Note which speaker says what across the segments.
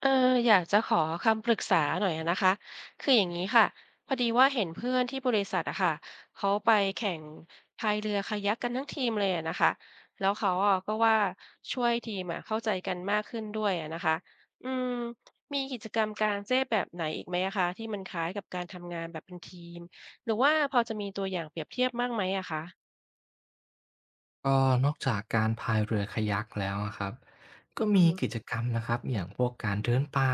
Speaker 1: เอออยากจะขอคำปรึกษาหน่อยอะนะคะคืออย่างนี้ค่ะพอดีว่าเห็นเพื่อนที่บริษัทอะค่ะเขาไปแข่งพายเรือคายักกันทั้งทีมเลยอะนะคะแล้วเขาอะก็ว่าช่วยทีมอะเข้าใจกันมากขึ้นด้วยอะนะคะอืมมีกิจกรรมกลางแจ้งแบบไหนอีกไหมอะคะที่มันคล้ายกับการทำงานแบบเป็นทีมหรือว่าพอจะมีตัวอย่างเปรียบเทียบบ้างไหมอะคะ
Speaker 2: ก็นอกจากการพายเรือคายักแล้วอะครับก็
Speaker 1: อือ
Speaker 2: มีกิ
Speaker 1: ฮึ
Speaker 2: จกรรมนะครับอย่างพวกการเดินป่า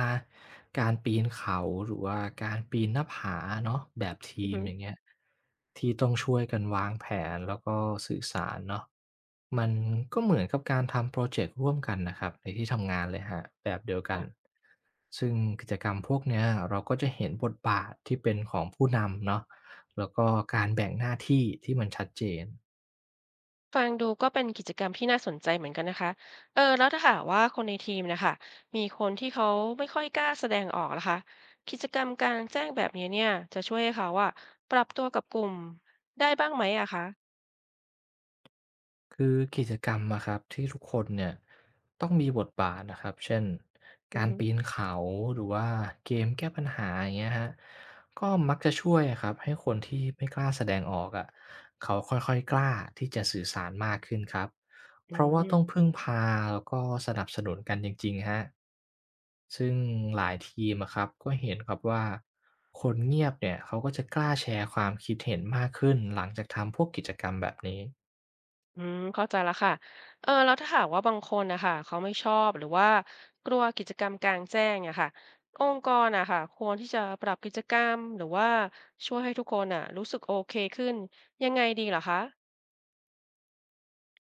Speaker 2: การปีนเขาหรือว่าการปีนหน้าผาเนาะแบบ
Speaker 1: อื
Speaker 2: ที
Speaker 1: อ
Speaker 2: ม
Speaker 1: ฮึ
Speaker 2: อย่างเงี้ยที่ต้องช่วยกันวางแผนแล้วก็สื่อสารเนาะมันก็เหมือนกับการทำโปรเจกต์ร่วมกันนะครับในที่ทำงานเลยฮะแบบเดียวกัน
Speaker 1: ค่ะ
Speaker 2: ซึ่งกิจกรรมพวกเนี้ยเราก็จะเห็นบทบาทที่เป็นของผู้นำเนาะแล้วก็การแบ่งหน้าที่ที่มันชัดเจน
Speaker 1: ฟังดูก็เป็นกิจกรรมที่น่าสนใจเหมือนกันนะคะเออแล้วถ้าหากว่าคนในทีมนะคะมีคนที่เขาไม่ค่อยกล้าแสดงออกนะคะกิจกรรมกลางแจ้งแบบนี้เนี่ยจะช่วยให้เขาว่าปรับตัวกับกลุ่มได้บ้างไหมอะคะ
Speaker 2: คือกิจกรรมอะครับที่ทุกคนเนี่ยต้องมีบทบาทนะครับเช่น
Speaker 1: อื
Speaker 2: กา
Speaker 1: ม
Speaker 2: ร
Speaker 1: อือ
Speaker 2: ปีนเขาหรือว่าเกมแก้ปัญหาอย่างเงี้ยฮะก็มักจะช่วยครับให้คนที่ไม่กล้าแสดงออกอะเขาค่อยๆกล้าที่จะสื่อสารมากขึ้นครับเพ
Speaker 1: ื
Speaker 2: ราะว่าต้อง
Speaker 1: ม
Speaker 2: พึ่งพาแล้วก็สนับสนุนกันจริงๆฮะซึ่งหลายทีมอะครับก็เห็นครับว่าคนเงียบเนี่ยเขาก็จะกล้าแชร์ความคิดเห็นมากขึ้นหลังจากทำพวกกิจกรรมแบบนี้
Speaker 1: อืมเข้าใจและค่ะเออแล้วถ้าหากว่าบางคนนะคะเขาไม่ชอบหรือว่ากลัวกิจกรรมกลางแจ้งอะค่ะองค์กรอะค่ะควรที่จะปรับกิจกรรมหรือว่าช่วยให้ทุกคนอะรู้สึกโอเคขึ้นยังไงดีเหรอคะ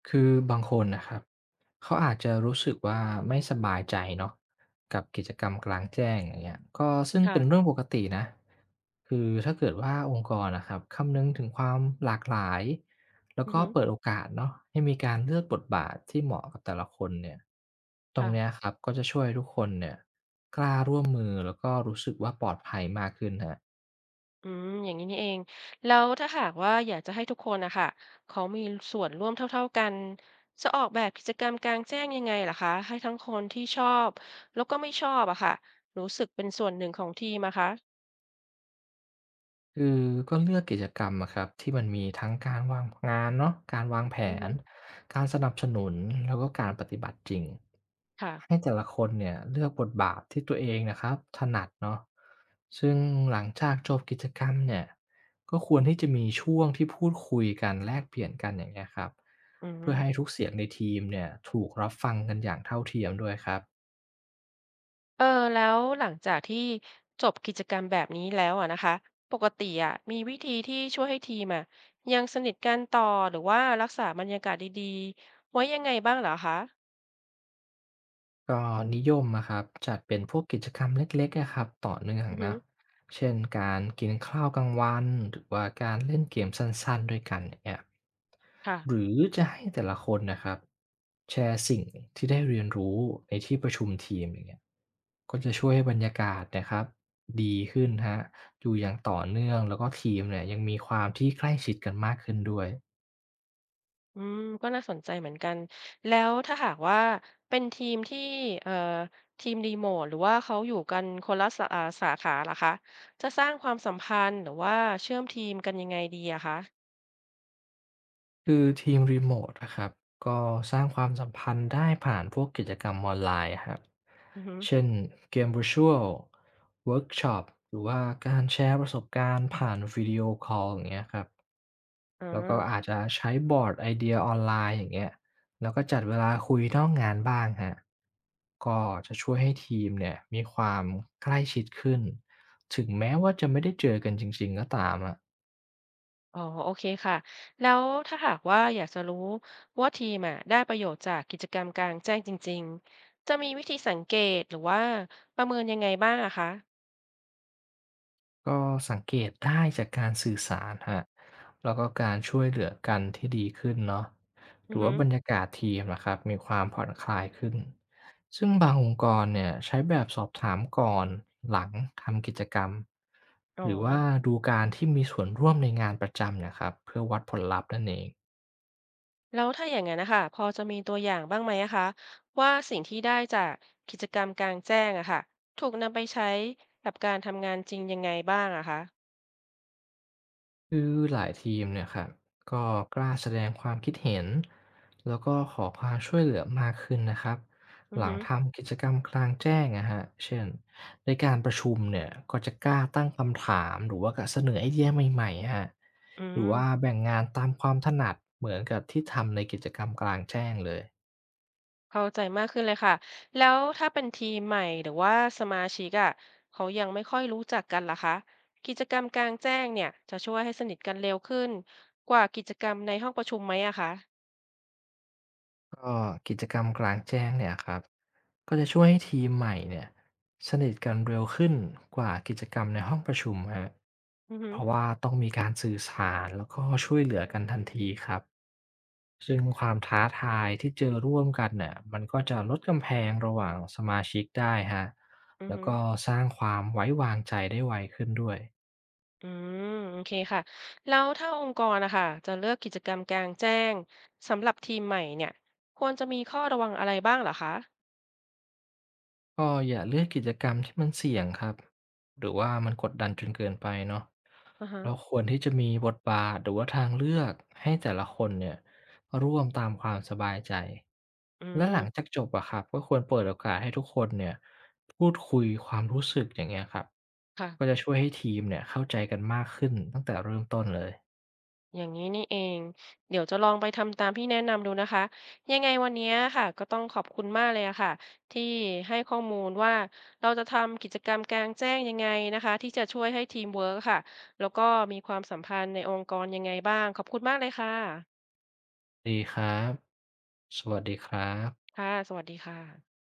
Speaker 2: คือบางคนนะครับ เขาอาจจะรู้สึกว่าไม่สบายใจเนาะกับกิจกรรมกลางแจ้งอย่างเงี้ยก็ซึ่งเป็นเรื่อง
Speaker 1: ค่ะ
Speaker 2: ปกตินะคือถ้าเกิดว่าองค์กรนะครับคำนึงถึงความหลากหลายแล้ว
Speaker 1: อือ
Speaker 2: ก็
Speaker 1: ฮึ
Speaker 2: เปิดโอกาสเนาะให้มีการเลือกบทบาทที่เหมาะกับแต่ละคนเนี่ยตรงเนี้ย
Speaker 1: ค่ะ
Speaker 2: ครับก็จะช่วยให้ทุกคนเนี่ยกล้าร่วมมือแล้วก็รู้สึกว่าปลอดภัยมากขึ้นฮะ
Speaker 1: อืมอย่างนี้นี่เองแล้วถ้าหากว่าอยากจะให้ทุกคนนะค่ะเขามีส่วนร่วมเท่าๆกันจะออกแบบกิจกรรมกลางแจ้งยังไงเหอคะให้ทั้งคนที่ชอบแล้วก็ไม่ชอบอะค่ะรู้สึกเป็นส่วนหนึ่งของทีมอะคะ
Speaker 2: คือก็เลือกกิจกรรมอะครับที่มันมีทั้งการวางงานเนาะการวางแผ
Speaker 1: อือฮึ
Speaker 2: นการสนับสนุนแล้วก็การปฏิบัติจริง
Speaker 1: ค่ะ
Speaker 2: ให้แต่ละคนเนี่ยเลือกบทบาทที่ตัวเองนะครับถนัดเนาะซึ่งหลังจากจบกิจกรรมเนี่ยก็ควรที่จะมีช่วงที่พูดคุยกันแลกเปลี่ยนกันอย่างเงี้ยครับ
Speaker 1: อื
Speaker 2: เพื่อให้ทุ
Speaker 1: ม
Speaker 2: กเสียงในทีมเนี่ยถูกรับฟังกันอย่างเท่าเทียมด้วยครับ
Speaker 1: เออแล้วหลังจากที่จบกิจกรรมแบบนี้แล้วอะนะคะปกติอะมีวิธีที่ช่วยให้ทีมอะยังสนิทกันต่อหรือว่ารักษาบรรยากาศดีๆไว้ยังไงบ้างเหรอคะ
Speaker 2: ก็นิยมอะครับจัดเป็นพวกกิจกรรมเล็กๆอะครับต่อเนื่อง
Speaker 1: อือฮึ
Speaker 2: นะเช่นการกินข้าวกลางวันหรือว่าการเล่นเกมสั้นๆด้วยกันเนี่ยหรื
Speaker 1: ค่ะ
Speaker 2: อจะให้แต่ละคนนะครับแชร์สิ่งที่ได้เรียนรู้ในที่ประชุมทีมอย่างเงี้ยก็จะช่วยให้บรรยากาศนะครับดีขึ้นฮะอยู่อย่างต่อเนื่องแล้วก็ทีมเนี่ยยังมีความที่ใกล้ชิดกันมากขึ้นด้วย
Speaker 1: อืมก็น่าสนใจเหมือนกันแล้วถ้าหากว่าเป็นทีมที่เอ่อทีม r ีโมทหรือว่าเขาอยู่กันคนละสาขาล่ะคะจะสร้างความสัมพันธ์หรือว่าเชื่อมทีมกันยังไงดีอะคะ
Speaker 2: คือทีมรีโมทนะครับก็สร้างความสัมพันธ์ได้ผ่านพวกกิจกรรมออนไลน์ครับ
Speaker 1: อือฮึ
Speaker 2: เช่นเกม Virtual เวิร์กช็อปหรือว่าการแชร์ประสบการณ์ผ่านวิดีโอคอลอย่างเงี้ยครับแล้วก็
Speaker 1: อา
Speaker 2: อาจจะใช้บอร์ดไอเดียออนไลน์อย่างเงี้ยแล้วก็จัดเวลาคุยนอกงานบ้างฮะก็จะช่วยให้ทีมเนี่ยมีความใกล้ชิดขึ้นถึงแม้ว่าจะไม่ได้เจอกันจริงๆก็ตามอะ
Speaker 1: อ๋อโอเคค่ะแล้วถ้าหากว่าอยากจะรู้ว่าทีมอะได้ประโยชน์จากกิจกรรมกลางแจ้งจริงๆจะมีวิธีสังเกตหรือว่าประเมินยังไงบ้างอะคะ
Speaker 2: ก็สังเกตได้จากการสื่อสารฮะแล้วก็การช่วยเหลือกันที่ดีขึ้นเนาะห
Speaker 1: อื
Speaker 2: รื
Speaker 1: อ
Speaker 2: อ
Speaker 1: ฮึ
Speaker 2: ว่าบรรยากาศทีมนะครับมีความผ่อนคลายขึ้นซึ่งบางองค์กรเนี่ยใช้แบบสอบถามก่อนหลังทำกิจกรรม
Speaker 1: อ๋อ
Speaker 2: หรือว่าดูการที่มีส่วนร่วมในงานประจำเนะครับเพื่อวัดผลลัพธ์นั่นเอง
Speaker 1: แล้วถ้าอย่างนั้นนะคะพอจะมีตัวอย่างบ้างไหมอะคะว่าสิ่งที่ได้จากกิจกรรมกลางแจ้งอะค่ะถูกนำไปใช้กับการทำงานจริงยังไงบ้างอะคะ
Speaker 2: คือหลายทีมเนี่ยครับก็กล้าแสดงความคิดเห็นแล้วก็ขอความช่วยเหลือมากขึ้นนะครับ
Speaker 1: อื
Speaker 2: ห
Speaker 1: อ
Speaker 2: ลัง
Speaker 1: ฮึ
Speaker 2: ทำกิจกรรมกลางแจ้งนะฮะเช่นในการประชุมเนี่ยก็จะกล้าตั้งคำถามหรือว่าก็เสนอไอเดียใหม่ๆฮะ
Speaker 1: อื
Speaker 2: หรือ
Speaker 1: ม
Speaker 2: ว่าแบ่งงานตามความถนัดเหมือนกับที่ทำในกิจกรรมกลางแจ้งเลย
Speaker 1: เข้าใจมากขึ้นเลยค่ะแล้วถ้าเป็นทีมใหม่หรือว่าสมาชิกอะเขายังไม่ค่อยรู้จักกันล่ะคะกิจกรรมกลางแจ้งเนี่ยจะช่วยให้สนิทกันเร็วขึ้นกว่ากิจกรรมในห้องประชุมไหมอะคะ
Speaker 2: ก็กิจกรรมกลางแจ้งเนี่ยครับก็จะช่วยให้ทีมใหม่เนี่ยสนิทกันเร็วขึ้นกว่ากิจกรรมในห้องประชุมฮะ
Speaker 1: อือฮึ
Speaker 2: เพราะว่าต้องมีการสื่อสารแล้วก็ช่วยเหลือกันทันทีครับซึ่งความท้าทายที่เจอร่วมกันเนี่ยมันก็จะลดกำแพงระหว่างสมาชิกได้ฮะ
Speaker 1: อือ
Speaker 2: แล้ว
Speaker 1: ฮึ
Speaker 2: ก็สร้างความไว้วางใจได้ไวขึ้นด้วย
Speaker 1: อืมโอเคค่ะแล้วถ้าองค์กรนะคะจะเลือกกิจกรรมกลางแจ้งสำหรับทีมใหม่เนี่ยควรจะมีข้อระวังอะไรบ้างเหรอคะ
Speaker 2: ก็อย่าเลือกกิจกรรมที่มันเสี่ยงครับหรือว่ามันกดดันจนเกินไปเนาะ
Speaker 1: อือฮะ
Speaker 2: เราควรที่จะมีบทบาทหรือว่าทางเลือกให้แต่ละคนเนี่ยร่วมตามความสบายใจ
Speaker 1: อื
Speaker 2: และหลัง
Speaker 1: ม
Speaker 2: จากจบอะครับก็ควรเปิดโอกาสให้ทุกคนเนี่ยพูดคุยความรู้สึกอย่างเงี้ยครับก็
Speaker 1: ค่ะ
Speaker 2: จะช่วยให้ทีมเนี่ยเข้าใจกันมากขึ้นตั้งแต่เริ่มต้นเลย
Speaker 1: อย่างนี้นี่เองเดี๋ยวจะลองไปทำตามที่แนะนำดูนะคะยังไงวันนี้ค่ะก็ต้องขอบคุณมากเลยอะค่ะที่ให้ข้อมูลว่าเราจะทำกิจกรรมกลางแจ้งยังไงนะคะที่จะช่วยให้ทีมเวิร์คค่ะแล้วก็มีความสัมพันธ์ในองค์กรยังไงบ้างขอบคุณมากเลยค่ะ
Speaker 2: ดีครับสวัสดีครับ
Speaker 1: ค่ะสวัสดีค่ะ